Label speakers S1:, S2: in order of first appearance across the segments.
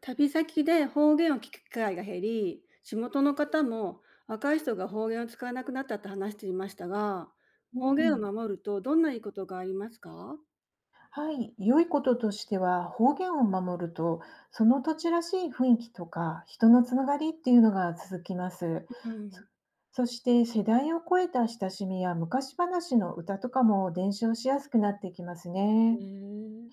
S1: 旅先で方言を聞く機会が減り、地元の方も若い人が方言を使わなくなったって話していましたが、
S2: う
S1: 方言を
S2: ん、
S1: 守るとどんないいことがありますか？
S2: はい、良いこととしては、方言を守ると、その土地らしい雰囲気とか、人のつながりっていうのが続きます。
S1: う
S2: そ
S1: ん。
S2: そして、世代を超えた親しみや昔話の歌とかも伝承しやすくなってきます
S1: へ
S2: ね。
S1: え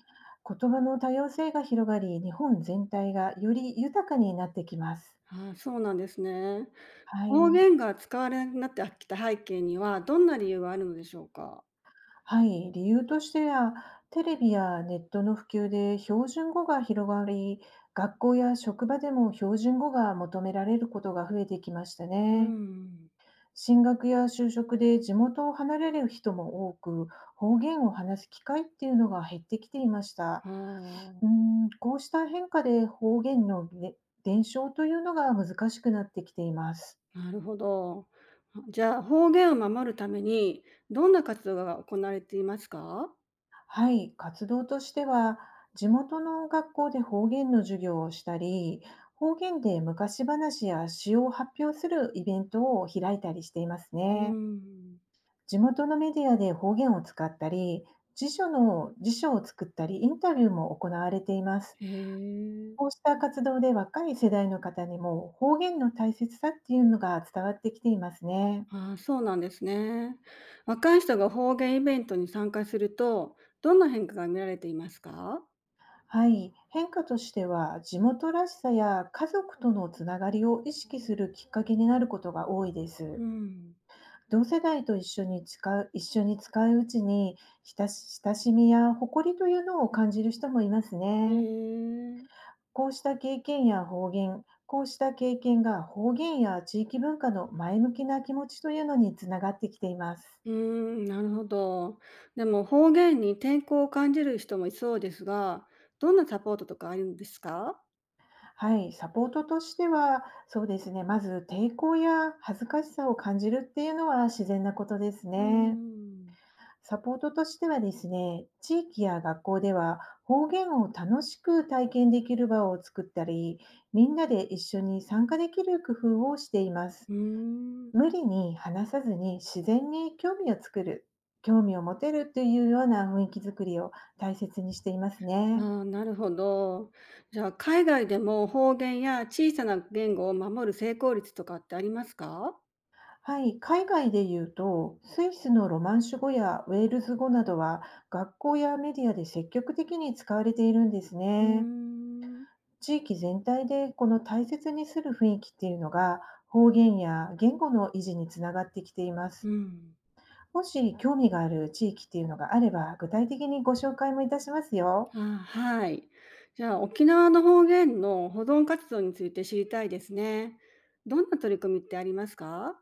S1: ー。
S2: 言葉の多様性が広がり、日本全体がより豊かになってきます。
S1: ああ、そうなんですね。
S2: は
S1: 方
S2: い。
S1: 言が使われなくなってきた背景にはどんな理由があるのでしょうか？
S2: はい、理由としては、テレビやネットの普及で標準語が広がり、学校や職場でも標準語が求められることが増えてきました
S1: う
S2: ね。
S1: ん。
S2: 進学や就職で地元を離れる人も多く、方言を話す機会っていうのが減ってきていました。う
S1: あ
S2: ん、こうした変化で方言のね、伝承というのが難しくなってきています。
S1: あ、なるほど。じゃあ方言を守るためにどんな活動が行われていますか？
S2: はい、活動としては、地元の学校で方言の授業をしたり、方言で昔話や詩を発表するイベントを開いたりしています
S1: う
S2: ね。
S1: ん。
S2: 地元のメディアで方言を使ったり、辞書を作ったり、インタビューも行われています。
S1: へ
S2: こう
S1: え。
S2: した活動で若い世代の方にも方言の大切さっていうのが伝わってきていますね。
S1: ああ、そうなんですね。若い人が方言イベントに参加すると、どんな変化が見られていますか？
S2: はい、変化としては、地元らしさや家族とのつながりを意識するきっかけになることが多いで
S1: う
S2: す。
S1: ん。
S2: 同世代と一緒に使ううちに、親しみや誇りというのを感じる人もいます
S1: う
S2: ね。
S1: ーん、
S2: こうした経験や方言、こうした経験が方言や地域文化の前向きな気持ちというのにつながってきています。
S1: うーん、なるほど。でも方言に抵抗を感じる人もいそうですが、どんなサポートとかあるんですか？
S2: はい、サポートとしては、そうですね、まず抵抗や恥ずかしさを感じるっていうのは自然なことです
S1: うー
S2: ね。
S1: ん、
S2: サポートとしてはですね、地域や学校では方言を楽しく体験できる場を作ったり、みんなで一緒に参加できる工夫をしています。
S1: うーん。
S2: 無理に話さずに自然に興味を持てるというような雰囲気づくりを大切にしていますね。
S1: ああ、なるほど。じゃあ、海外でも方言や小さな言語を守る成功率とかってありますか？
S2: はい、海外で言うと、スイスのロマンシュ語やウェールズ語などは、学校やメディアで積極的に使われているんです
S1: うー
S2: ね。
S1: ん。
S2: 地域全体でこの大切にする雰囲気っていうのが、方言や言語の維持につながってきていま
S1: う
S2: す。
S1: ん。
S2: もし興味がある地域っていうのがあれば、具体的にご紹介もいたしますよ。
S1: あー、はい。じゃあ、沖縄の方言の保存活動について知りたいですね。どんな取り組みってありますか？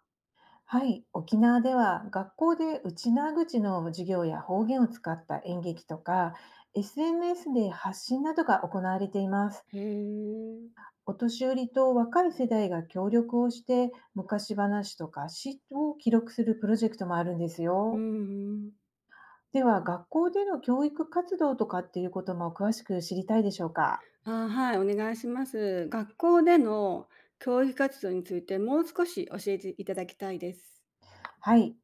S2: はい、沖縄では学校で内縄口の授業や方言を使った演劇とか、SNS で発信などが行われています。
S1: へえ。
S2: お年寄りと若い世代が協力をして昔話とか詩を記録するプロジェクトもあるんです
S1: うん
S2: よ。
S1: うん。
S2: では、学校での教育活動とかっていうことも詳しく知りたいでしょうか？
S1: あー、はい、お願いします。学校での教育活動についてもう少し教えていただきたいです。
S2: はい。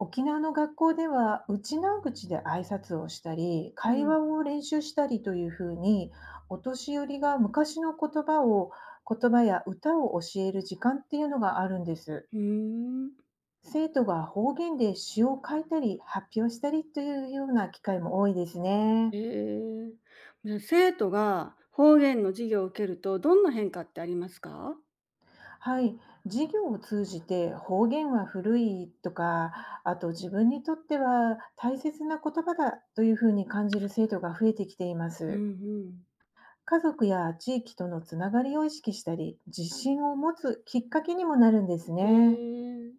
S2: 沖縄の学校では内縄口で挨拶をしたり
S1: う
S2: 会
S1: ん。
S2: 話を練習したりというふうに、お年寄りが昔の言葉を言葉や歌を教える時間っていうのがあるんです。
S1: うーん。
S2: 生徒が方言で詩を書いたり発表したりというような機会も多いです
S1: へ
S2: ね。
S1: え。じゃあ生徒が方言の授業を受けるとどんな変化ってありますか？
S2: はい、授業を通じて方言は古いとか、あと自分にとっては大切な言葉だというふうに感じる生徒が増えてきていま
S1: うんう
S2: す。
S1: ん。
S2: 家族や地域とのつながりを意識したり、自信を持つきっかけにもなるんです
S1: へ
S2: ね。
S1: え。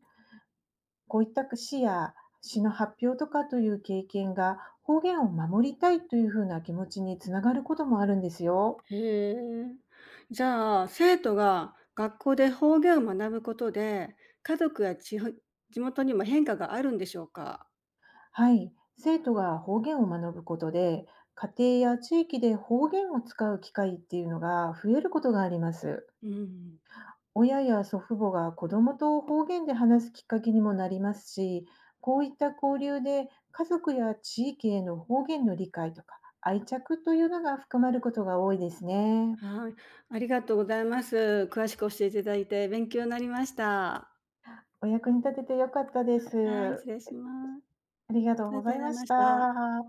S2: こういった詩の発表とかという経験が方言を守りたいというふうな気持ちにつながることもあるんですよ。
S1: へえ。じゃあ、生徒が学校で方言を学ぶことで、家族や地元にも変化があるんでしょうか？
S2: はい、生徒が方言を学ぶことで、家庭や地域で方言を使う機会っていうのが増えることがあります。
S1: うん。
S2: 親や祖父母が子どもと方言で話すきっかけにもなりますし、こういった交流で家族や地域への方言の理解とか愛着というのが含まることが多いですね。
S1: はい、ありがとうございます。詳しく教えていただいて勉強になりました。
S2: お役に立ててよかったで
S1: はい、失
S2: す。
S1: 礼します。
S2: ありがとう
S1: ありが
S2: ご
S1: と
S2: ざ
S1: う
S2: い
S1: ござい
S2: まし
S1: ました。
S2: た。